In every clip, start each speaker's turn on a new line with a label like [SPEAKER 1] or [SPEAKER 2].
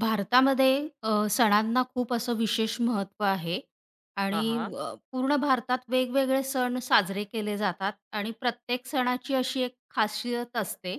[SPEAKER 1] भारतामध्ये सणांना खूप असं विशेष महत्त्व आहे
[SPEAKER 2] हां, हां.
[SPEAKER 1] आणि पूर्ण भारतात वेगवेगळे सण साजरे केले जातात आणि प्रत्येक सणाची अशी एक खासियत असते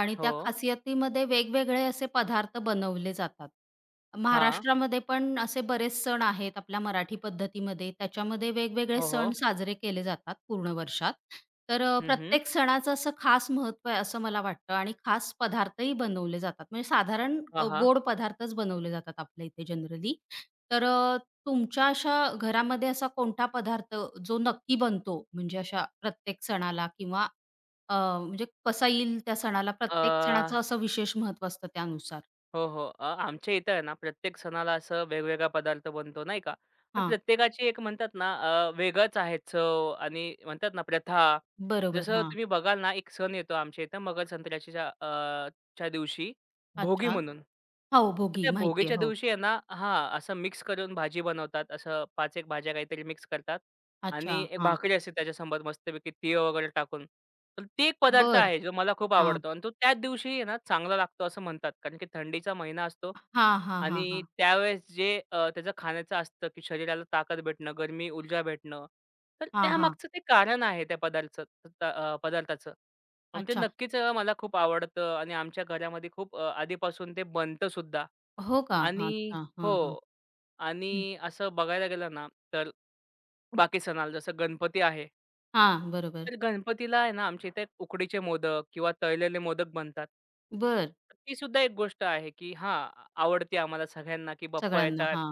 [SPEAKER 1] आणि त्या
[SPEAKER 2] हो.
[SPEAKER 1] खासियतीमध्ये वेगवेगळे असे पदार्थ बनवले जातात.
[SPEAKER 2] हां.
[SPEAKER 1] महाराष्ट्रामध्ये पण असे बरेच सण आहेत आपल्या मराठी पद्धतीमध्ये. त्याच्यामध्ये वेगवेगळे
[SPEAKER 2] हो,
[SPEAKER 1] सण
[SPEAKER 2] हो.
[SPEAKER 1] साजरे केले जातात पूर्ण वर्षात. तर
[SPEAKER 2] हं, हं.
[SPEAKER 1] प्रत्येक सणाचं असं खास महत्त्व आहे असं मला वाटतं आणि खास पदार्थही बनवले जातात. म्हणजे साधारण
[SPEAKER 2] हां, हां.
[SPEAKER 1] गोड पदार्थच बनवले जातात आपल्या इथे जनरली. तर तुमच्या अशा घरामध्ये असा कोणता पदार्थ जो नक्की बनतो म्हणजे अशा प्रत्येक सणाला किंवा अ, म्हणजे कसा येईल त्या सणाला
[SPEAKER 2] अ,
[SPEAKER 1] प्रत्येक सणाचं असं विशेष महत्त्व असतं त्यानुसार.
[SPEAKER 2] हो, हो. आमच्या इथं आहे ना प्रत्येक सणाला असं वेगवेगळा पदार्थ बनतो नाही का? पण
[SPEAKER 1] हां,
[SPEAKER 2] प्रत्येकाची एक म्हणतात ना वेगळंच आहे चव आणि म्हणतात ना प्रथा.
[SPEAKER 1] बरोबर.
[SPEAKER 2] जसं
[SPEAKER 1] हां,
[SPEAKER 2] तुम्ही बघाल ना, एक सण येतो आमच्या इथं मकर संक्रांतीच्या अ, च्या दिवशी भोगी
[SPEAKER 1] अच्छा.
[SPEAKER 2] म्हणून.
[SPEAKER 1] हो,
[SPEAKER 2] तर
[SPEAKER 1] भोगी
[SPEAKER 2] त्या
[SPEAKER 1] माहिती आहे.
[SPEAKER 2] भोगीच्या
[SPEAKER 1] हो.
[SPEAKER 2] दिवशी आहे ना हां, असं मिक्स करून भाजी बनवतात. असं 5 एक भाज्या काहीतरी मिक्स करतात
[SPEAKER 1] अच्छा.
[SPEAKER 2] आणि एक
[SPEAKER 1] हां.
[SPEAKER 2] भाकरी असते त्याच्यासोबत मस्तपैकी तीळ वगैरे टाकून. तर ते एक पदार्थ
[SPEAKER 1] बरं.
[SPEAKER 2] आहे जो मला खूप
[SPEAKER 1] हां.
[SPEAKER 2] आवडतो आणि तो त्याच दिवशी आहे ना चांगला लागतो असं म्हणतात. कारण की थंडीचा महिना असतो
[SPEAKER 1] हां, हां, हां,
[SPEAKER 2] आणि
[SPEAKER 1] हां.
[SPEAKER 2] त्यावेळेस जे त्याचं खाण्याचं असतं, की शरीराला ताकद भेटणं, गरमी, ऊर्जा भेटणं. तर
[SPEAKER 1] हां, हां.
[SPEAKER 2] त्यामागचं ते कारण आहे त्या पदार्थाचं. आणि ते
[SPEAKER 1] अच्छा.
[SPEAKER 2] नक्कीच मला खूप आवडतं आणि आमच्या घरामध्ये खूप आधीपासून ते बनतं सुद्धा.
[SPEAKER 1] हो का? हां,
[SPEAKER 2] आणि
[SPEAKER 1] अच्छा. हां, हां.
[SPEAKER 2] हो.
[SPEAKER 1] हं.
[SPEAKER 2] आणि असं बघायला गेलं ना, तर बाकी सणाला जसं गणपती आहे,
[SPEAKER 1] हां, बरोबर.
[SPEAKER 2] तर गणपतीला आहे ना, आमच्या इथे उकडीचे मोदक किंवा तळलेले मोदक बनतात.
[SPEAKER 1] बरं.
[SPEAKER 2] ती सुद्धा एक गोष्ट आहे, की हां, आवडते आम्हाला सगळ्यांना, की बाप्पा
[SPEAKER 1] सगळ्यांना.
[SPEAKER 2] येतात
[SPEAKER 1] हां.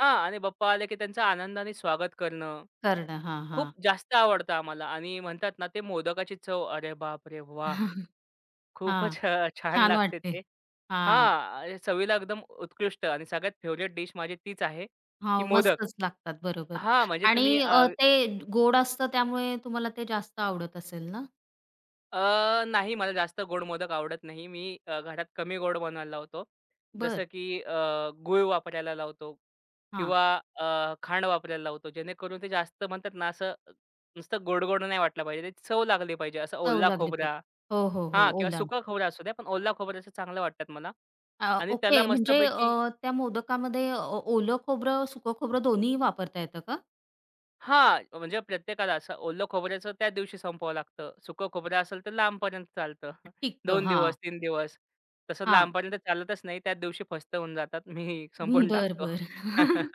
[SPEAKER 2] हां. आणि बाप्पा आले, की त्यांचं आनंदाने स्वागत करणं.
[SPEAKER 1] करणं. हां, हां.
[SPEAKER 2] खूप जास्त आवडतं आम्हाला आणि म्हणतात ना ते मोदकाची चव अरे बापरे! वाह!
[SPEAKER 1] हां.
[SPEAKER 2] खूपच छान
[SPEAKER 1] छान
[SPEAKER 2] लागते
[SPEAKER 1] वाटते.
[SPEAKER 2] ते.
[SPEAKER 1] हां.
[SPEAKER 2] हां, चवीला एकदम उत्कृष्ट आणि सगळ्यात फेव्हरेट डिश माझी तीच आहे, की
[SPEAKER 1] हो,
[SPEAKER 2] मोदक.
[SPEAKER 1] मस्तच लागतात. बरोबर.
[SPEAKER 2] हां, म्हणजे
[SPEAKER 1] आणि
[SPEAKER 2] तुम्ही अ,
[SPEAKER 1] ते गोड असतं त्यामुळे तुम्हाला ते जास्त आवडत असेल ना?
[SPEAKER 2] अ, नाही मला जास्त गोड मोदक आवडत नाही. मी घरात कमी गोड बनवायला लावतो. जसं
[SPEAKER 1] बरं.
[SPEAKER 2] की अ, गूळ वापरायला लावतो
[SPEAKER 1] हां.
[SPEAKER 2] किंवा खांड वापरायला लावतो. जेणेकरून ते जास्त म्हणतात ना असं नुसतं गोड-गोड नाही वाटलं पाहिजे. त्याची चव लागली पाहिजे. असं
[SPEAKER 1] चव
[SPEAKER 2] ओला
[SPEAKER 1] लागली
[SPEAKER 2] खोबरा
[SPEAKER 1] पाहिजे. हो, हो, हो.
[SPEAKER 2] हां, किंवा
[SPEAKER 1] ओलान.
[SPEAKER 2] सुकं खोबरं असू द्या, पण ओला खोबरं असं चांगलं वाटतात मला आणि
[SPEAKER 1] ओके.
[SPEAKER 2] त्याला
[SPEAKER 1] म्हणजे
[SPEAKER 2] मस्तपैकी
[SPEAKER 1] त्या मोदकामध्ये ओलं खोबरं, सुकं खोबरं दोन्ही वापरता येतं का?
[SPEAKER 2] हां, म्हणजे प्रत्येकाला असं ओलं खोबऱ्याचं त्या दिवशी संपवावं लागतं. सुकं खोबरं असेल तर लांबपर्यंत चालतं.
[SPEAKER 1] टिकतं.
[SPEAKER 2] 2
[SPEAKER 1] हां,
[SPEAKER 2] दिवस, 3 दिवस. तसं
[SPEAKER 1] हां.
[SPEAKER 2] लांबपर्यंत चालतच नाही. त्याच दिवशी फस्त होऊन जातात. मी संपवून
[SPEAKER 1] बरं,
[SPEAKER 2] टाकतो.
[SPEAKER 1] बर,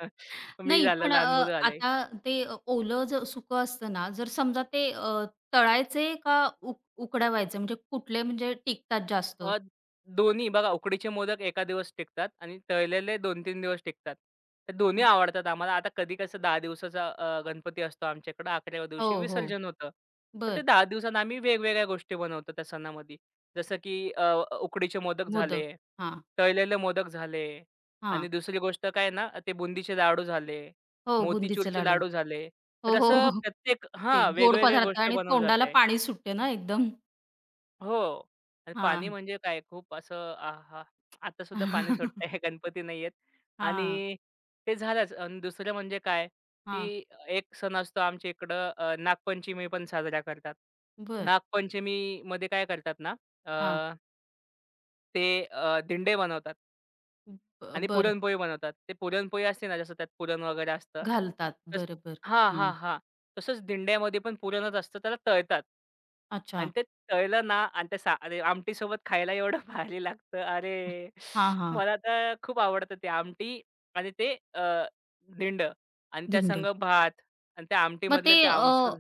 [SPEAKER 2] मी
[SPEAKER 1] नाही
[SPEAKER 2] झालं,
[SPEAKER 1] पण
[SPEAKER 2] लहान मुलं आले.
[SPEAKER 1] आता ते ओलं जर सुकं असतं ना, जर समजा ते तळायचे का उकडावायचे? म्हणजे कुठले म्हणजे टिकतात जास्त?
[SPEAKER 2] अ, दोन्ही बघा उकडीचे मोदक एका दिवस टिकतात आणि तळलेले 2-3 दिवस टिकतात. तर दोन्ही
[SPEAKER 1] म,
[SPEAKER 2] आवडतात आम्हाला. आता कधी कसं 10 दिवसाचा गणपती असतो आमच्याकडं 11व्या दिवशी
[SPEAKER 1] हो, हो.
[SPEAKER 2] विसर्जन होतं. तर ते
[SPEAKER 1] बरं.
[SPEAKER 2] 10 दिवसांना आम्ही वेगवेगळ्या गोष्टी बनवतो त्या सणामध्ये. जसं की अ, उकडीचे मोदक
[SPEAKER 1] मोदक.
[SPEAKER 2] झाले,
[SPEAKER 1] हां,
[SPEAKER 2] तळलेले मोदक झाले आणि
[SPEAKER 1] हां.
[SPEAKER 2] दुसरी गोष्ट काय ना ते बुंदीचे लाडू झाले,
[SPEAKER 1] हो, बुंदीचे
[SPEAKER 2] मोतीचूरचे
[SPEAKER 1] लाडू.
[SPEAKER 2] लाडू झाले. तर
[SPEAKER 1] हो, हो,
[SPEAKER 2] असं
[SPEAKER 1] हो.
[SPEAKER 2] प्रत्येक
[SPEAKER 1] ते
[SPEAKER 2] हां,
[SPEAKER 1] गोड
[SPEAKER 2] वेगवेगळ्या
[SPEAKER 1] पदार्थ
[SPEAKER 2] गोष्ट
[SPEAKER 1] आणि
[SPEAKER 2] बनवली
[SPEAKER 1] तोंडाला
[SPEAKER 2] जाते.
[SPEAKER 1] पाणी सुटते ना एकदम.
[SPEAKER 2] हो. आणि पाणी
[SPEAKER 1] हां,
[SPEAKER 2] म्हणजे काय खूप असं आहा! आता सुद्धा पाणी सुटतंय गणपती नाही येत.
[SPEAKER 1] हां,
[SPEAKER 2] आणि ते झालंच आणि दुसरं म्हणजे काय,
[SPEAKER 1] हां.
[SPEAKER 2] की एक सण असतो आमच्या इकडं नागपंचमी पण साजरा करतात.
[SPEAKER 1] बरं.
[SPEAKER 2] नागपंचमीमध्ये काय करतात ना, अ,
[SPEAKER 1] हां.
[SPEAKER 2] ते दिंडे बनवतात. आणि
[SPEAKER 1] बर
[SPEAKER 2] पुरणपोळी बनवतात. ते पुरणपोळी असते ना, जसं त्यात पुरण वगैरे असतं.
[SPEAKER 1] घालतात.
[SPEAKER 2] तस
[SPEAKER 1] बरं, बरं.
[SPEAKER 2] हां, हां,
[SPEAKER 1] हां.
[SPEAKER 2] हां. तसंच दिंड्यामध्ये पण पुरणच असतं, त्याला तळतात. आणि
[SPEAKER 1] अच्छा.
[SPEAKER 2] ते तळलं ना आणि ते सा अरे आमटीसोबत खायला एवढं भारी लागतं. अरे!
[SPEAKER 1] हां, हां.
[SPEAKER 2] मला तर खूप आवडतं ते आमटी आणि ते दिंड आणि त्या संग
[SPEAKER 1] धिंड.
[SPEAKER 2] भात आणि त्या
[SPEAKER 1] मग ते
[SPEAKER 2] आमटीमधलं ते आमसूल.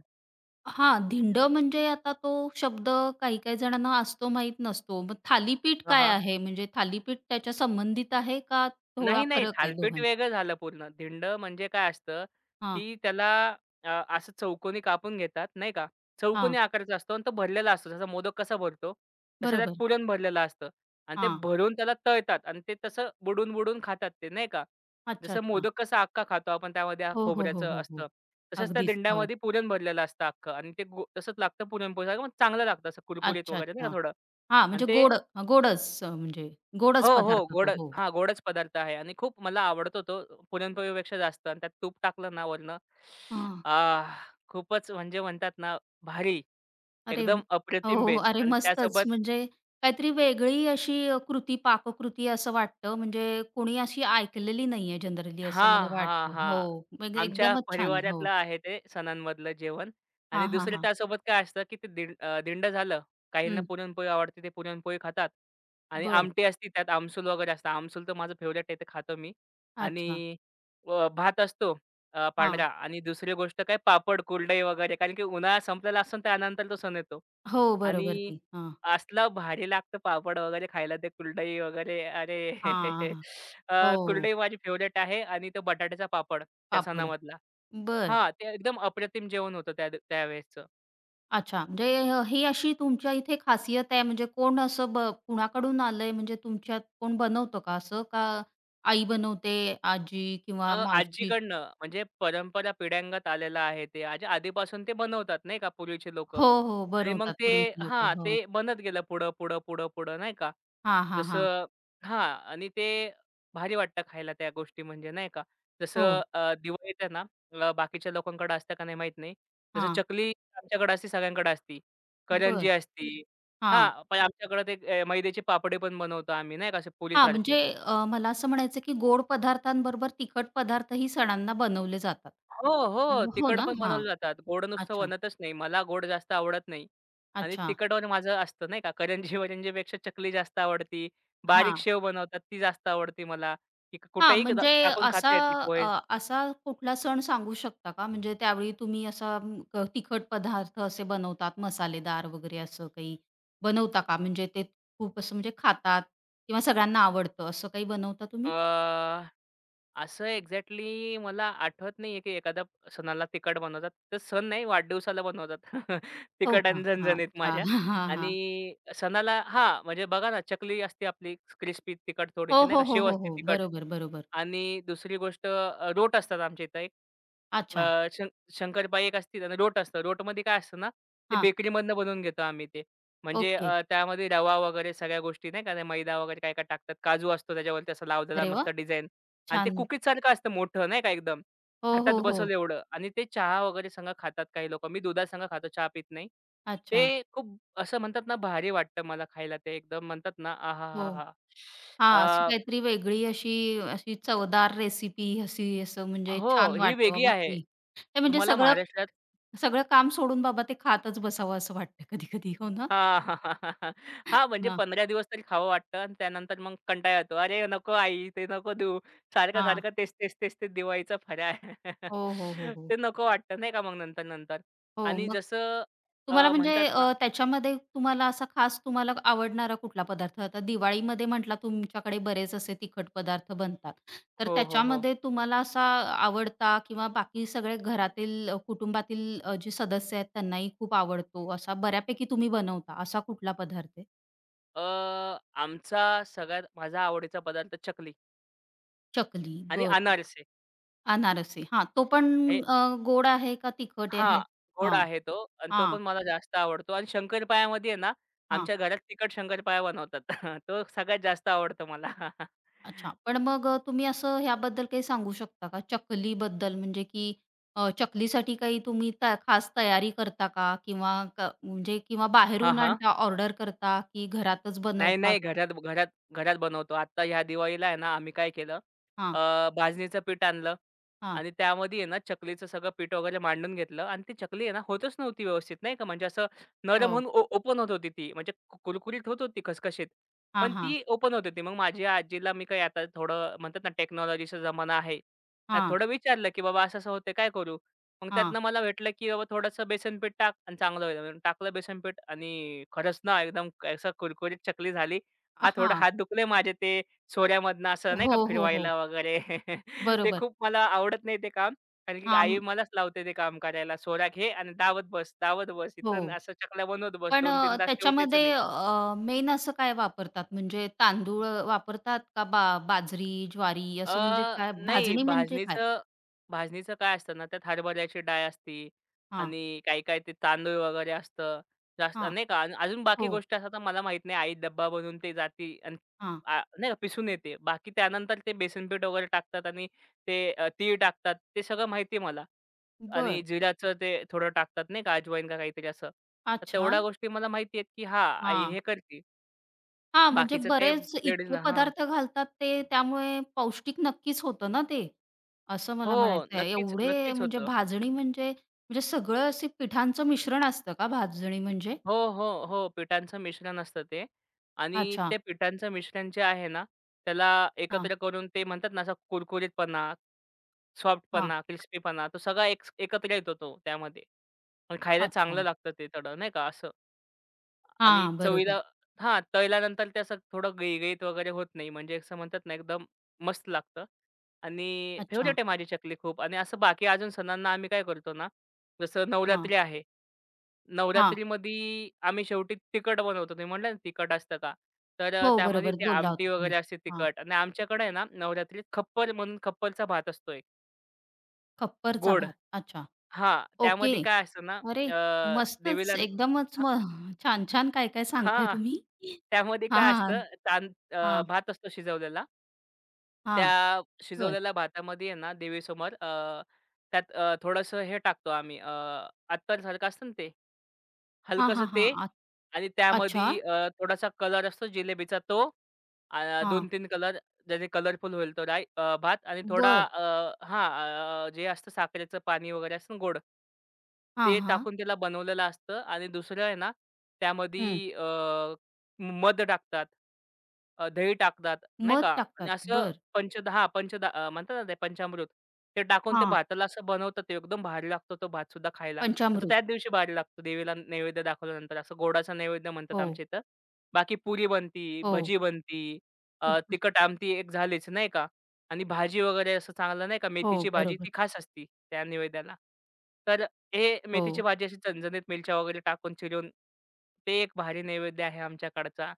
[SPEAKER 1] हां, धिंड म्हणजे आता तो शब्द काही काही जणांना असतो माहीत नसतो. मग थालीपीठ काय
[SPEAKER 2] हां,
[SPEAKER 1] आहे? म्हणजे थालीपीठ त्याच्या संबंधित आहे का थोडा
[SPEAKER 2] नाही, नाही.
[SPEAKER 1] फरक आहे
[SPEAKER 2] थालीपीठ
[SPEAKER 1] दोघांत?
[SPEAKER 2] वेगळं झालं पूर्ण. धिंडं म्हणजे काय असतं,
[SPEAKER 1] हां,
[SPEAKER 2] की त्याला अ, असं चौकोनी कापून घेतात, नाही का.
[SPEAKER 1] हां.
[SPEAKER 2] चौकोनी आकाराचा असतो आणि तो भरलेला असतो. जसा मोदक कसा भरतो, तसं त्यात
[SPEAKER 1] बरोबर.
[SPEAKER 2] पुरण भरलेलं असतं आणि ते
[SPEAKER 1] हां.
[SPEAKER 2] भरून त्याला तळतात आणि ते तसं बुडवून-बुडवून खातात ते, नाही का.
[SPEAKER 1] अच्छा,
[SPEAKER 2] जसं
[SPEAKER 1] अच्छा.
[SPEAKER 2] मोदक कसा अख्खा खातो आपण त्यामध्ये
[SPEAKER 1] हो, हो, हो,
[SPEAKER 2] खोबऱ्याचं
[SPEAKER 1] हो,
[SPEAKER 2] असतं,
[SPEAKER 1] हो.
[SPEAKER 2] तसंच त्या
[SPEAKER 1] अगदीच. हो.
[SPEAKER 2] दिंड्यामध्ये पुरण भरलेलं असतं अख्खं आणि ते गो तसंच लागतं पुरणपोळीसारखं, मग चांगलं लागतं असं कुरकुरीत
[SPEAKER 1] अच्छा,
[SPEAKER 2] वगैरे नाही
[SPEAKER 1] अच्छा.
[SPEAKER 2] का थोडं
[SPEAKER 1] हां,
[SPEAKER 2] आणि
[SPEAKER 1] म्हणजे
[SPEAKER 2] ते
[SPEAKER 1] गोड गोडच म्हणजे
[SPEAKER 2] हो,
[SPEAKER 1] गोडच
[SPEAKER 2] हो.
[SPEAKER 1] पदार्थ तो.
[SPEAKER 2] गोड,
[SPEAKER 1] हो.
[SPEAKER 2] हां, गोडच पदार्थ आहे आणि खूप मला आवडतो तो पुरणपोळीपेक्षा जास्त आणि त्यात तूप टाकलं ना वरनं,
[SPEAKER 1] हां.
[SPEAKER 2] आह! खूपच म्हणजे म्हणतात ना भारी,
[SPEAKER 1] अरे म-
[SPEAKER 2] एकदम अप्रतिम
[SPEAKER 1] हो,
[SPEAKER 2] बेत
[SPEAKER 1] अरे
[SPEAKER 2] आणि
[SPEAKER 1] मस्तच.
[SPEAKER 2] त्यासोबत
[SPEAKER 1] म्हणजे काहीतरी वेगळी अशी कृती, पाककृती असं वाटतं. म्हणजे कोणी अशी ऐकलेली नाहीये जनरली असं
[SPEAKER 2] हां,
[SPEAKER 1] मला
[SPEAKER 2] हां,
[SPEAKER 1] वाटतं. हो,
[SPEAKER 2] हां.
[SPEAKER 1] म्हणजे
[SPEAKER 2] आमच्या
[SPEAKER 1] एकदमच छान. हो.
[SPEAKER 2] परिवारातलं आहे ते सणांमधलं जेवण आणि
[SPEAKER 1] हां, हां,
[SPEAKER 2] दुसरं
[SPEAKER 1] हां.
[SPEAKER 2] त्यासोबत काय असतं, की ते दिंड झालं. काहींना
[SPEAKER 1] हं.
[SPEAKER 2] पुरणपोळी आवडते, ते पुरणपोळी खातात आणि
[SPEAKER 1] बरं.
[SPEAKER 2] आमटी असते त्यात आमसूल वगैरे असतं. आमसूल तर माझं फेव्हरेट आहे, ते खातो मी आणि
[SPEAKER 1] अच्छा.
[SPEAKER 2] भात असतो
[SPEAKER 1] हां.
[SPEAKER 2] पांढरा आणि दुसरी गोष्ट काय पापड, कुरडई वगैरे कारण की उन्हाळा संपलेला असतो आणि त्यानंतर तो सण येतो
[SPEAKER 1] हो, बरोबर
[SPEAKER 2] आणि
[SPEAKER 1] की. हां.
[SPEAKER 2] असलं भारी लागतं पापड वगैरे खायला ते कुरडई वगैरे. अरे!
[SPEAKER 1] हां, हां. हो,
[SPEAKER 2] कुरडई माझी फेव्हरेट आहे आणि तो बटाट्याचा पापड त्या
[SPEAKER 1] पापड.
[SPEAKER 2] सणामधला.
[SPEAKER 1] बरं.
[SPEAKER 2] हां, ते एकदम अप्रतिम जेवण होतं त्या त्यावेळेसचं.
[SPEAKER 1] अच्छा. म्हणजे ही अशी तुमच्या इथे खासियत आहे. म्हणजे कोण असं कुणाकडून आलंय? म्हणजे तुमच्यात कोण बनवतं का असं? का आई बनवते, आजी किंवा मावशी?
[SPEAKER 2] आजीकडनं म्हणजे परंपरा पिढ्यांगत आलेला आहे ते. आज आधीपासून ते बनवतात नाही का पूर्वीचे लोकं
[SPEAKER 1] हो, हो.
[SPEAKER 2] आणि मग
[SPEAKER 1] बनवतात
[SPEAKER 2] ते
[SPEAKER 1] पूर्वीची लोकं.
[SPEAKER 2] हां,
[SPEAKER 1] हो.
[SPEAKER 2] ते बनत गेलं पुढं, पुढं, पुढं, पुढं नाही का.
[SPEAKER 1] हां, हां, हां.
[SPEAKER 2] जसं हां आणि ते भारी वाटतं खायला त्या गोष्टी म्हणजे नाही का. जसं
[SPEAKER 1] हो.
[SPEAKER 2] दिवाळीत आहे ना बाकीच्या लोकांकडे असतं का नाही माहीत नाही. जसं
[SPEAKER 1] हां.
[SPEAKER 2] चकली आमच्याकडे असते सगळ्यांकडे असती. करंजी
[SPEAKER 1] बरं.
[SPEAKER 2] असती.
[SPEAKER 1] हां.
[SPEAKER 2] हां, पण आमच्याकडे ते मैद्याचे पापडे पण बनवतो आम्ही नाही का असे
[SPEAKER 1] हां,
[SPEAKER 2] पुरीसारखी.
[SPEAKER 1] म्हणजे मला असं म्हणायचं की गोड पदार्थांबरोबर तिखट पदार्थही सणांना बनवले जातात.
[SPEAKER 2] हो, हो.
[SPEAKER 1] हो
[SPEAKER 2] तिखट
[SPEAKER 1] ना?
[SPEAKER 2] पण
[SPEAKER 1] हां.
[SPEAKER 2] बनवले जातात. गोड नुसतं
[SPEAKER 1] अच्छा,
[SPEAKER 2] बनतच नाही. मला गोड जास्त आवडत नाही आणि
[SPEAKER 1] अच्छा.
[SPEAKER 2] तिखटवर माझं असतं नाही का. करंजी-वरंजीपेक्षा चकली जास्त आवडती. बारीक
[SPEAKER 1] हां.
[SPEAKER 2] शेव बनवतात ती जास्त आवडते मला. की
[SPEAKER 1] हां,
[SPEAKER 2] कुठेही क
[SPEAKER 1] म्हणजे
[SPEAKER 2] टाकून
[SPEAKER 1] असा
[SPEAKER 2] खाता येते पोहे.
[SPEAKER 1] असा कुठला सण सांगू शकता का? म्हणजे त्यावेळी तुम्ही असा तिखट पदार्थ असे बनवतात, मसालेदार वगैरे असं काही बनवता का? म्हणजे ते खूप असं म्हणजे खातात किंवा सगळ्यांना आवडतं, असं काही बनवता तुम्ही?
[SPEAKER 2] अ, असं एक्झॅक्टली मला आठवत नाहीये, की एखाद्या सणाला तिखट बनवतात. तर सण नाही वाढदिवसाला बनवतात.
[SPEAKER 1] हो
[SPEAKER 2] तिखट
[SPEAKER 1] का?
[SPEAKER 2] आणि
[SPEAKER 1] हां,
[SPEAKER 2] झणझणीत
[SPEAKER 1] अच्छा.
[SPEAKER 2] माझ्या.
[SPEAKER 1] हां, हां, हां.
[SPEAKER 2] आणि सणाला हां, म्हणजे बघा ना चकली असते आपली क्रिस्पी तिखट थोडीशी
[SPEAKER 1] हो,
[SPEAKER 2] नाही
[SPEAKER 1] हो,
[SPEAKER 2] का,
[SPEAKER 1] हो,
[SPEAKER 2] शेव
[SPEAKER 1] हो,
[SPEAKER 2] असते
[SPEAKER 1] हो.
[SPEAKER 2] तिखट
[SPEAKER 1] बरोबर, बरोबर.
[SPEAKER 2] आणि दुसरी गोष्ट रोट असतात आमच्या इथं एक.
[SPEAKER 1] अच्छा.
[SPEAKER 2] अ, शं शंकरपाळी एक असते आणि रोट असतं. रोटमध्ये काय असतं ना, ते
[SPEAKER 1] हां,
[SPEAKER 2] बेकरीमधनं बनवून घेतो आम्ही ते. म्हणजे
[SPEAKER 1] ओके.
[SPEAKER 2] त्यामध्ये रवा वगैरे सगळ्या गोष्टी नाही का, ते मैदा वगैरे काय-काय टाकतात. काजू असतो त्याच्यावरती असं लावलेला
[SPEAKER 1] अरे
[SPEAKER 2] मस्त
[SPEAKER 1] वाह!
[SPEAKER 2] आणि ते
[SPEAKER 1] छान.
[SPEAKER 2] कुकीजसारखं असतं मोठं नाही का एकदम.
[SPEAKER 1] हो,
[SPEAKER 2] हातात
[SPEAKER 1] हो,
[SPEAKER 2] बसेल
[SPEAKER 1] हो.
[SPEAKER 2] एवढं आणि ते चहा वगैरे संग खातात काही लोकं. मी दुधासंग खातो, चहा पीत नाही.
[SPEAKER 1] अच्छा.
[SPEAKER 2] ते खूप असं म्हणतात ना भारी वाटतं मला खायला ते एकदम म्हणतात ना
[SPEAKER 1] हो.
[SPEAKER 2] आहाहाहा! हा
[SPEAKER 1] हां, अशी
[SPEAKER 2] हा.
[SPEAKER 1] काहीतरी वेगळी अशी अशी चवदार रेसिपी अशी असं म्हणजे
[SPEAKER 2] हो,
[SPEAKER 1] छान
[SPEAKER 2] ही
[SPEAKER 1] वाटतं
[SPEAKER 2] वेगळी
[SPEAKER 1] बाबा,
[SPEAKER 2] आहे.
[SPEAKER 1] की ते म्हणजे
[SPEAKER 2] तुम्हाला
[SPEAKER 1] सगळं
[SPEAKER 2] महाराष्ट्रात
[SPEAKER 1] सगळं काम सोडून बाबा ते खातच बसावं असं वाटतं कधी-कधी. हो ना?
[SPEAKER 2] हां, हां, म्हणजे
[SPEAKER 1] हां,
[SPEAKER 2] 15 दिवस तरी खावं वाटतं आणि त्यानंतर मग कंटाळा येतो. "अरे नको आई, ते नको देऊ.
[SPEAKER 1] हां.
[SPEAKER 2] सारखं-सारखं तेच, तेच, तेच, ते दिवाळीचा फराळ."
[SPEAKER 1] हो, हो, हो, हो.
[SPEAKER 2] ते नको वाटतं नाही का मग नंतर-नंतर.
[SPEAKER 1] हो,
[SPEAKER 2] आणि
[SPEAKER 1] मग
[SPEAKER 2] जसं
[SPEAKER 1] तुम्हाला
[SPEAKER 2] अ,
[SPEAKER 1] म्हणजे
[SPEAKER 2] म्हणतात ना
[SPEAKER 1] त्याच्यामध्ये तुम्हाला असा खास तुम्हाला आवडणारा कुठला पदार्थ? आता दिवाळीमध्ये म्हटला तुमच्याकडे बरेच असे तिखट पदार्थ बनतात. तर
[SPEAKER 2] हो, हो, हो.
[SPEAKER 1] त्याच्यामध्ये तुम्हाला असा आवडता किंवा बाकी सगळे घरातील कुटुंबातील जे सदस्य आहेत त्यांनाही खूप आवडतो, असा बऱ्यापैकी तुम्ही बनवता, असा कुठला पदार्थ आहे?
[SPEAKER 2] अ, आमचा सगळ्यात माझा आवडीचा पदार्थ चकली
[SPEAKER 1] चकली,
[SPEAKER 2] आणि
[SPEAKER 1] बरं.
[SPEAKER 2] अनारसे.
[SPEAKER 1] अनारसे. हां, तो पण
[SPEAKER 2] हे
[SPEAKER 1] अ, गोड आहे का तिखट
[SPEAKER 2] हां,
[SPEAKER 1] आहे?
[SPEAKER 2] गोड
[SPEAKER 1] हां,
[SPEAKER 2] आहे तो आणि तो
[SPEAKER 1] हां,
[SPEAKER 2] पण मला जास्त आवडतो आणि शंकरपाळ्यामध्ये आहे ना,
[SPEAKER 1] हां.
[SPEAKER 2] आमच्या घरात तिखट शंकरपाळ्या बनवतात. तो सगळ्यात जास्त आवडतो मला.
[SPEAKER 1] अच्छा. पण मग तुम्ही असं ह्याबद्दल काही सांगू शकता का? चकलीबद्दल म्हणजे की चकलीसाठी काही तुम्ही खास तयारी करता का? किंवा म्हणजे किंवा
[SPEAKER 2] हां,
[SPEAKER 1] बाहेरून
[SPEAKER 2] हां.
[SPEAKER 1] आणता, ऑर्डर करता की घरातच
[SPEAKER 2] नाही,
[SPEAKER 1] बनवतात?
[SPEAKER 2] नाही. घरात घरात घरात बनवतो. आता ह्या दिवाळीला आहे ना, आम्ही काय केलं?
[SPEAKER 1] हां,
[SPEAKER 2] भाजणीचं पीठ आणलं
[SPEAKER 1] हां.
[SPEAKER 2] आणि त्यामध्ये आहे ना, चकलीचं सगळं पीठ वगैरे मांडून घेतलं आणि ती चकली आहे ना, होतच नव्हती व्यवस्थित नाही का. म्हणजे असं नरम
[SPEAKER 1] हो.
[SPEAKER 2] होऊन ओपन होत होती ती. म्हणजे कुरकुरीत होत होती खसखशीत.
[SPEAKER 1] हां,
[SPEAKER 2] पण
[SPEAKER 1] हां.
[SPEAKER 2] ती ओपन होत होती. मग माझी आजीला मी काय आता थोडं म्हणतात ना, टेक्नॉलॉजीचा जमाना आहे. तर
[SPEAKER 1] हां,
[SPEAKER 2] थोडं विचारलं, की "बाबा असं-असं होतंय, काय करू?" मग
[SPEAKER 1] हां.
[SPEAKER 2] त्यातनं मला भेटलं, की बाबा थोडंसं बेसन पीठ टाक आणि चांगलं होईल. म्हणून टाकलं बेसन पीठ आणि खरंच ना एकदम असं कुरकुरीत चकली झाली. हां, थोडं
[SPEAKER 1] हां.
[SPEAKER 2] हात दुखले माझे ते सोऱ्यामधनं असं नाही
[SPEAKER 1] हो,
[SPEAKER 2] का
[SPEAKER 1] हो, हो.
[SPEAKER 2] फिरवायला वगैरे. ते
[SPEAKER 1] बरोबर.
[SPEAKER 2] खूप मला आवडत नाही ते काम. कारण की आई
[SPEAKER 1] हां.
[SPEAKER 2] मलाच लावते ते काम करायला. "सोरा घे आणि दाबत बस, दाबत बस.
[SPEAKER 1] हो.
[SPEAKER 2] इथून असं चकल्या बनवत बस.
[SPEAKER 1] पण
[SPEAKER 2] 2-3 तास ते उठायचं
[SPEAKER 1] त्याच्यामध्ये
[SPEAKER 2] नाही."
[SPEAKER 1] मेन असं काय वापरतात? म्हणजे तांदूळ वापरतात का बाजरी, ज्वारी
[SPEAKER 2] अ,
[SPEAKER 1] असं म्हणजे काय
[SPEAKER 2] नाही
[SPEAKER 1] भाजणी म्हणजे काय?
[SPEAKER 2] भाजणीचं भाजणीचं काय असतं ना, त्यात हरभऱ्याची डाळ असती
[SPEAKER 1] हां,
[SPEAKER 2] आणि काही-काही ते तांदूळ वगैरे असतं. जास्त
[SPEAKER 1] हां.
[SPEAKER 2] नाही का आणि अजून बाकी
[SPEAKER 1] हो.
[SPEAKER 2] गोष्टी असतात मला माहीत नाही. आई डब्बा बनवून ते जाती आणि
[SPEAKER 1] हां,
[SPEAKER 2] नाही का पिसून येते. बाकी त्यानंतर ते बेसन पीठ वगैरे टाकतात आणि ते तीळ टाकतात. ते सगळं माहिती आहे मला आणि
[SPEAKER 1] बर,
[SPEAKER 2] जिऱ्याचं ते थोडं टाकतात नाही का अजवाईन का काहीतरी असं. तर
[SPEAKER 1] अच्छा.
[SPEAKER 2] तेवढ्या गोष्टी मला माहिती आहेत, की हां, आई
[SPEAKER 1] हां.
[SPEAKER 2] हे करते.
[SPEAKER 1] हां, म्हणजे
[SPEAKER 2] बाकीचं ते
[SPEAKER 1] बरेच इतके
[SPEAKER 2] लेडीजला हां.
[SPEAKER 1] पदार्थ घालतात ते त्यामुळे पौष्टिक नक्कीच होतं ना ते, असं
[SPEAKER 2] हो,
[SPEAKER 1] मला म्हणायचं आहे.
[SPEAKER 2] नक्कीच,
[SPEAKER 1] एवढे
[SPEAKER 2] नक्कीच
[SPEAKER 1] म्हणजे
[SPEAKER 2] होतं.
[SPEAKER 1] भाजणी म्हणजे म्हणजे सगळं असे पिठांचं मिश्रण असतं का भाजणी म्हणजे?
[SPEAKER 2] हो, हो, हो. पिठांचं मिश्रण असतं ते आणि
[SPEAKER 1] अच्छा.
[SPEAKER 2] ते पिठांचं मिश्रण जे आहे ना, त्याला
[SPEAKER 1] हां,
[SPEAKER 2] एकत्र करून ते म्हणतात ना, असा कुरकुरीतपणा,
[SPEAKER 1] हां.
[SPEAKER 2] सॉफ्टपणा, क्रिस्पीपणा तो सगळा एक एकत्र येतो तो त्यामध्ये. पण खायला
[SPEAKER 1] अच्छा.
[SPEAKER 2] चांगलं लागतं ते थोडं नाही का असं. आणि
[SPEAKER 1] हां, बरोबर.
[SPEAKER 2] चवीला हां, तळल्यानंतर ते असं थोडं गळगळीत वगैरे होत नाही. म्हणजे असं म्हणतात ना, एकदम मस्त लागतं आणि
[SPEAKER 1] अच्छा.
[SPEAKER 2] फेव्हरेट आहे माझी चकली खूप. आणि असं बाकी अजून सणांना आम्ही काय करतो ना, जसं
[SPEAKER 1] हां,
[SPEAKER 2] नवरात्री आहे.
[SPEAKER 1] हां.
[SPEAKER 2] नवरात्रीमध्ये आम्ही शेवटी तिखट बनवतो. तुम्ही म्हटलं ना, तिखट असतं का? तर
[SPEAKER 1] हो,
[SPEAKER 2] त्यामध्ये
[SPEAKER 1] बरोबर
[SPEAKER 2] ती
[SPEAKER 1] बोलला
[SPEAKER 2] आमटी
[SPEAKER 1] होता
[SPEAKER 2] वगैरे
[SPEAKER 1] तुम्ही.
[SPEAKER 2] असते
[SPEAKER 1] हां,
[SPEAKER 2] तिखट आणि आमच्याकडे आहे ना, नवरात्रीत खप्पर म्हणून खप्परचा भात असतो
[SPEAKER 1] खप्परचा
[SPEAKER 2] गोड.
[SPEAKER 1] भात. अच्छा.
[SPEAKER 2] हां,
[SPEAKER 1] ओके.
[SPEAKER 2] त्यामध्ये काय असतं ना,
[SPEAKER 1] अरे मस्तच
[SPEAKER 2] देवीला
[SPEAKER 1] एकदमच मग छान, छान काय, काय सांगताय
[SPEAKER 2] हां.
[SPEAKER 1] तुम्ही.
[SPEAKER 2] त्यामध्ये काय
[SPEAKER 1] हां.
[SPEAKER 2] असतं तांद अ,
[SPEAKER 1] हां,
[SPEAKER 2] भात असतो शिजवलेला.
[SPEAKER 1] हां.
[SPEAKER 2] त्या
[SPEAKER 1] बरं.
[SPEAKER 2] शिजवलेल्या भातामध्ये आहे ना देवीसमोर त्यात थोडंसं हे टाकतो आम्ही अत्तरसारखं असतं ना ते.
[SPEAKER 1] हां,
[SPEAKER 2] हलकसं
[SPEAKER 1] हां,
[SPEAKER 2] ते
[SPEAKER 1] हां. आ
[SPEAKER 2] आणि
[SPEAKER 1] अच्छा.
[SPEAKER 2] त्यामध्ये थोडासा कलर असतो जिलेबीचा तो
[SPEAKER 1] हां.
[SPEAKER 2] 2-3 कलर ज्याने कलरफुल होईल तो भात आणि थोडा
[SPEAKER 1] बरं.
[SPEAKER 2] अ, हां, अ, जे असतं साखरेचं पाणी वगैरे असतं ना गोड.
[SPEAKER 1] हां,
[SPEAKER 2] ते
[SPEAKER 1] हां.
[SPEAKER 2] टाकून त्याला बनवलेलं असतं आणि दुसरं आहे ना,
[SPEAKER 1] हं.
[SPEAKER 2] त्यामध्ये मध टाकतात, दही टाकतात नाही
[SPEAKER 1] मध
[SPEAKER 2] का आणि
[SPEAKER 1] टाकतात.
[SPEAKER 2] असं
[SPEAKER 1] बरं.
[SPEAKER 2] पंचदा म्हणतात ना ते पंचामृत. ते टाकून ते
[SPEAKER 1] हां.
[SPEAKER 2] भाताला असं बनवतात ते एकदम भारी लागतो तो भातसुद्धा खायला. तर
[SPEAKER 1] पंचामृत.
[SPEAKER 2] त्याच दिवशी भार लागतो देवीला नैवेद्य दाखवल्यानंतर. असं गोडाचा नैवेद्य म्हणतात
[SPEAKER 1] हो,
[SPEAKER 2] आमच्या इथं. बाकी पुरी बनती,
[SPEAKER 1] हो.
[SPEAKER 2] भजी बनती,
[SPEAKER 1] तूप
[SPEAKER 2] तिखट आमटी एक झालीच नाही का आणि भाजी वगैरे असं चांगलं नाही का
[SPEAKER 1] हो,
[SPEAKER 2] मेथीची भाजी
[SPEAKER 1] बरोबर.
[SPEAKER 2] ती खास असती त्या नैवेद्याला. तर हे
[SPEAKER 1] हो.
[SPEAKER 2] मेथीची भाजी अशी झणझणीत मिरच्या वगैरे टाकून चिरून ते एक भारी नैवेद्य आहे आमच्याकडचा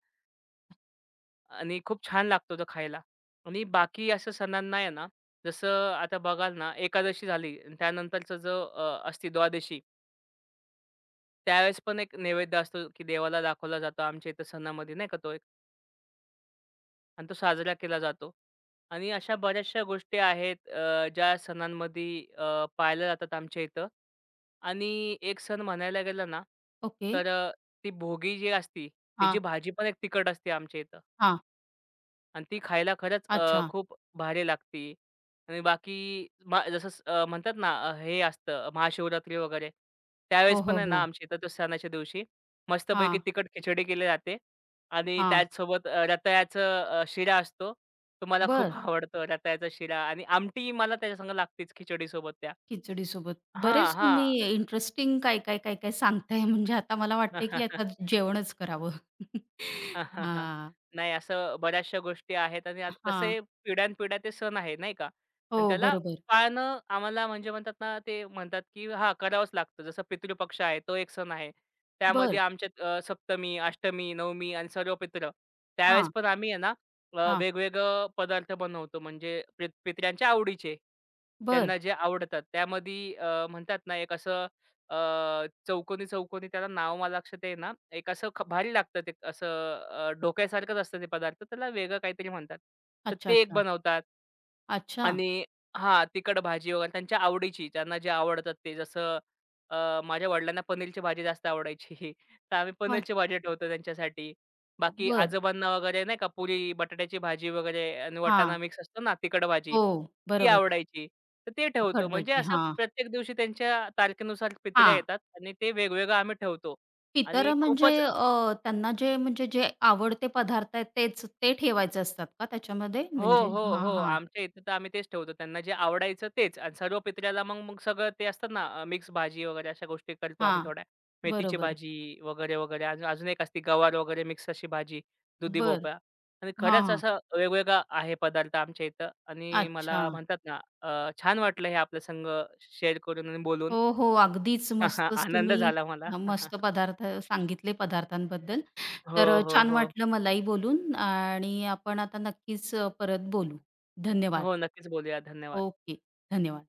[SPEAKER 2] आणि खूप छान लागतो तो खायला. आणि बाकी असं सणांना आहे ना, जसं आता बघाल ना एकादशी झाली आणि त्यानंतरचं जो असते द्वादशी. त्यावेळेस पण एक नैवेद्य असतो, की देवाला दाखवला जातो आमच्या इथं सणामध्ये नाही का तो एक आणि तो साजरा केला जातो. आणि अशा बऱ्याचशा गोष्टी आहेत ज्या सणांमध्ये पाळल्या जातात आमच्या इथं. आणि एक सण म्हणायला गेलं ना,
[SPEAKER 1] ओके.
[SPEAKER 2] तर ती भोगी जी असती,
[SPEAKER 1] हां,
[SPEAKER 2] त्याची भाजी पण एक तिखट असते आमच्या इथं.
[SPEAKER 1] हां.
[SPEAKER 2] आणि ती खायला खरंच
[SPEAKER 1] अच्छा.
[SPEAKER 2] खूप भारी लागती आणि बाकी मा जसं स अ, म्हणतात ना अ, हे असतं महाशिवरात्री वगैरे, त्यावेळेस
[SPEAKER 1] हो,
[SPEAKER 2] पण
[SPEAKER 1] हो,
[SPEAKER 2] आहे ना
[SPEAKER 1] हो.
[SPEAKER 2] आमच्या इथं त्या सणाच्या दिवशी मस्तपैकी
[SPEAKER 1] हां,
[SPEAKER 2] तिखट खिचडी केली जाते आणि
[SPEAKER 1] हां.
[SPEAKER 2] त्याचसोबत रताळ्याचं शिरा असतो. तो मला खूप
[SPEAKER 1] बरं.
[SPEAKER 2] आवडतो रताळ्याचा शिरा आणि आमटी मला त्याच्यासंग लागतेच खिचडीसोबत त्या.
[SPEAKER 1] खिचडीसोबत.
[SPEAKER 2] हां,
[SPEAKER 1] बरेच तुम्ही
[SPEAKER 2] हां.
[SPEAKER 1] इंटरेस्टिंग काय, काय, काय, काय सांगताय म्हणजे आता मला वाटतंय की आता जेवणच करावं. हां.
[SPEAKER 2] नाही असं बऱ्याचशा गोष्टी आहेत आणि आता कसं
[SPEAKER 1] हां.
[SPEAKER 2] आहे पिढ्यानपिढ्या ते सण आहे नाही का? आणि
[SPEAKER 1] हो,
[SPEAKER 2] त्याला
[SPEAKER 1] बरोबर.
[SPEAKER 2] पाळणं आम्हाला म्हणजे म्हणतात ना, ते म्हणतात की हां, करावंच लागतं. जसं पितृपक्ष आहे, तो एक सण आहे. त्यामध्ये
[SPEAKER 1] बरं.
[SPEAKER 2] आमच्यात सप्तमी, अष्टमी, नवमी आणि सर्व पित्र. त्यावेळेस
[SPEAKER 1] हां,
[SPEAKER 2] पण आम्ही आहे ना,
[SPEAKER 1] हां.
[SPEAKER 2] वेगवेगळं पदार्थ बनवतो म्हणजे पितऱ्यांच्या आवडीचे.
[SPEAKER 1] बरं.
[SPEAKER 2] त्यांना जे आवडतात. त्यामध्ये म्हणतात ना, एक असं अ, चौकोनी-चौकोनी त्याला नाव मला लक्षात येईना. एक असं भारी लागतं ते असं ढोक्यासारखंच असतं ते पदार्थ. त्याला वेगळं काहीतरी म्हणतात. तर
[SPEAKER 1] अच्छा,
[SPEAKER 2] ते एक
[SPEAKER 1] अच्छा.
[SPEAKER 2] बनवतात.
[SPEAKER 1] अच्छा.
[SPEAKER 2] आणि हां, तिखट भाजी वगैरे त्यांच्या आवडीची, त्यांना जे आवडतात ते. जसं माझ्या वडिलांना पनीरची भाजी जास्त आवडायची. तर आम्ही
[SPEAKER 1] अच्छा,
[SPEAKER 2] पनीरची भाजी ठेवतो त्यांच्यासाठी. बाकी
[SPEAKER 1] बरं.
[SPEAKER 2] आजोबांना वगैरे नाही का पुरी, बटाट्याची भाजी वगैरे आणि वाटाणा
[SPEAKER 1] हां.
[SPEAKER 2] मिक्स असतो ना तिखट भाजी.
[SPEAKER 1] हो,
[SPEAKER 2] ती
[SPEAKER 1] बरोबर.
[SPEAKER 2] आवडायची. तर ते ठेवतो.
[SPEAKER 1] तिखट
[SPEAKER 2] म्हणजे
[SPEAKER 1] भजी.
[SPEAKER 2] असं
[SPEAKER 1] हां,
[SPEAKER 2] प्रत्येक दिवशी त्यांच्या तारखेनुसार पित्र्या
[SPEAKER 1] हां.
[SPEAKER 2] येतात आणि ते वेगवेगळं आम्ही ठेवतो आणि
[SPEAKER 1] इतर म्हणजे
[SPEAKER 2] खूपच
[SPEAKER 1] त्यांना जे म्हणजे जे आवडते पदार्थ आहेत तेच ते ठेवायचे असतात का त्याच्यामध्ये?
[SPEAKER 2] हो,
[SPEAKER 1] म्हणजे
[SPEAKER 2] हो,
[SPEAKER 1] हां,
[SPEAKER 2] हो.
[SPEAKER 1] हां.
[SPEAKER 2] आमच्या इथं तर आम्ही तेच ठेवतो. त्यांना जे आवडायचं तेच आणि सर्व पित्र्याला मग मग सगळं ते असतात ना मिक्स भाजी वगैरे अशा गोष्टी करतो आम्ही
[SPEAKER 1] हां,
[SPEAKER 2] थोड्या. मेथीची
[SPEAKER 1] बरोबर.
[SPEAKER 2] भाजी वगैरे, वगैरे. अजून अजून एक असते गवार वगैरे मिक्स अशी भाजी, दुधी
[SPEAKER 1] बरं.
[SPEAKER 2] भोपळा आणि
[SPEAKER 1] हां,
[SPEAKER 2] खरंच
[SPEAKER 1] हां.
[SPEAKER 2] असं वेगवेगळा आहे पदार्थ आमच्या इथं आणि
[SPEAKER 1] अच्छा.
[SPEAKER 2] मला म्हणतात ना छान वाटलं हे आपल्या संग शेअर करून आणि बोलून.
[SPEAKER 1] हो, हो. अगदीच मस्तच
[SPEAKER 2] आनंद
[SPEAKER 1] तुम्ही
[SPEAKER 2] झाला मला.
[SPEAKER 1] मस्त पदार्थ सांगितले पदार्थांबद्दल.
[SPEAKER 2] हो,
[SPEAKER 1] तर
[SPEAKER 2] हो,
[SPEAKER 1] छान
[SPEAKER 2] हो.
[SPEAKER 1] वाटलं मलाही बोलून आणि आपण आता नक्कीच परत बोलू. धन्यवाद.
[SPEAKER 2] हो, नक्कीच बोलूया. धन्यवाद.
[SPEAKER 1] ओके. धन्यवाद.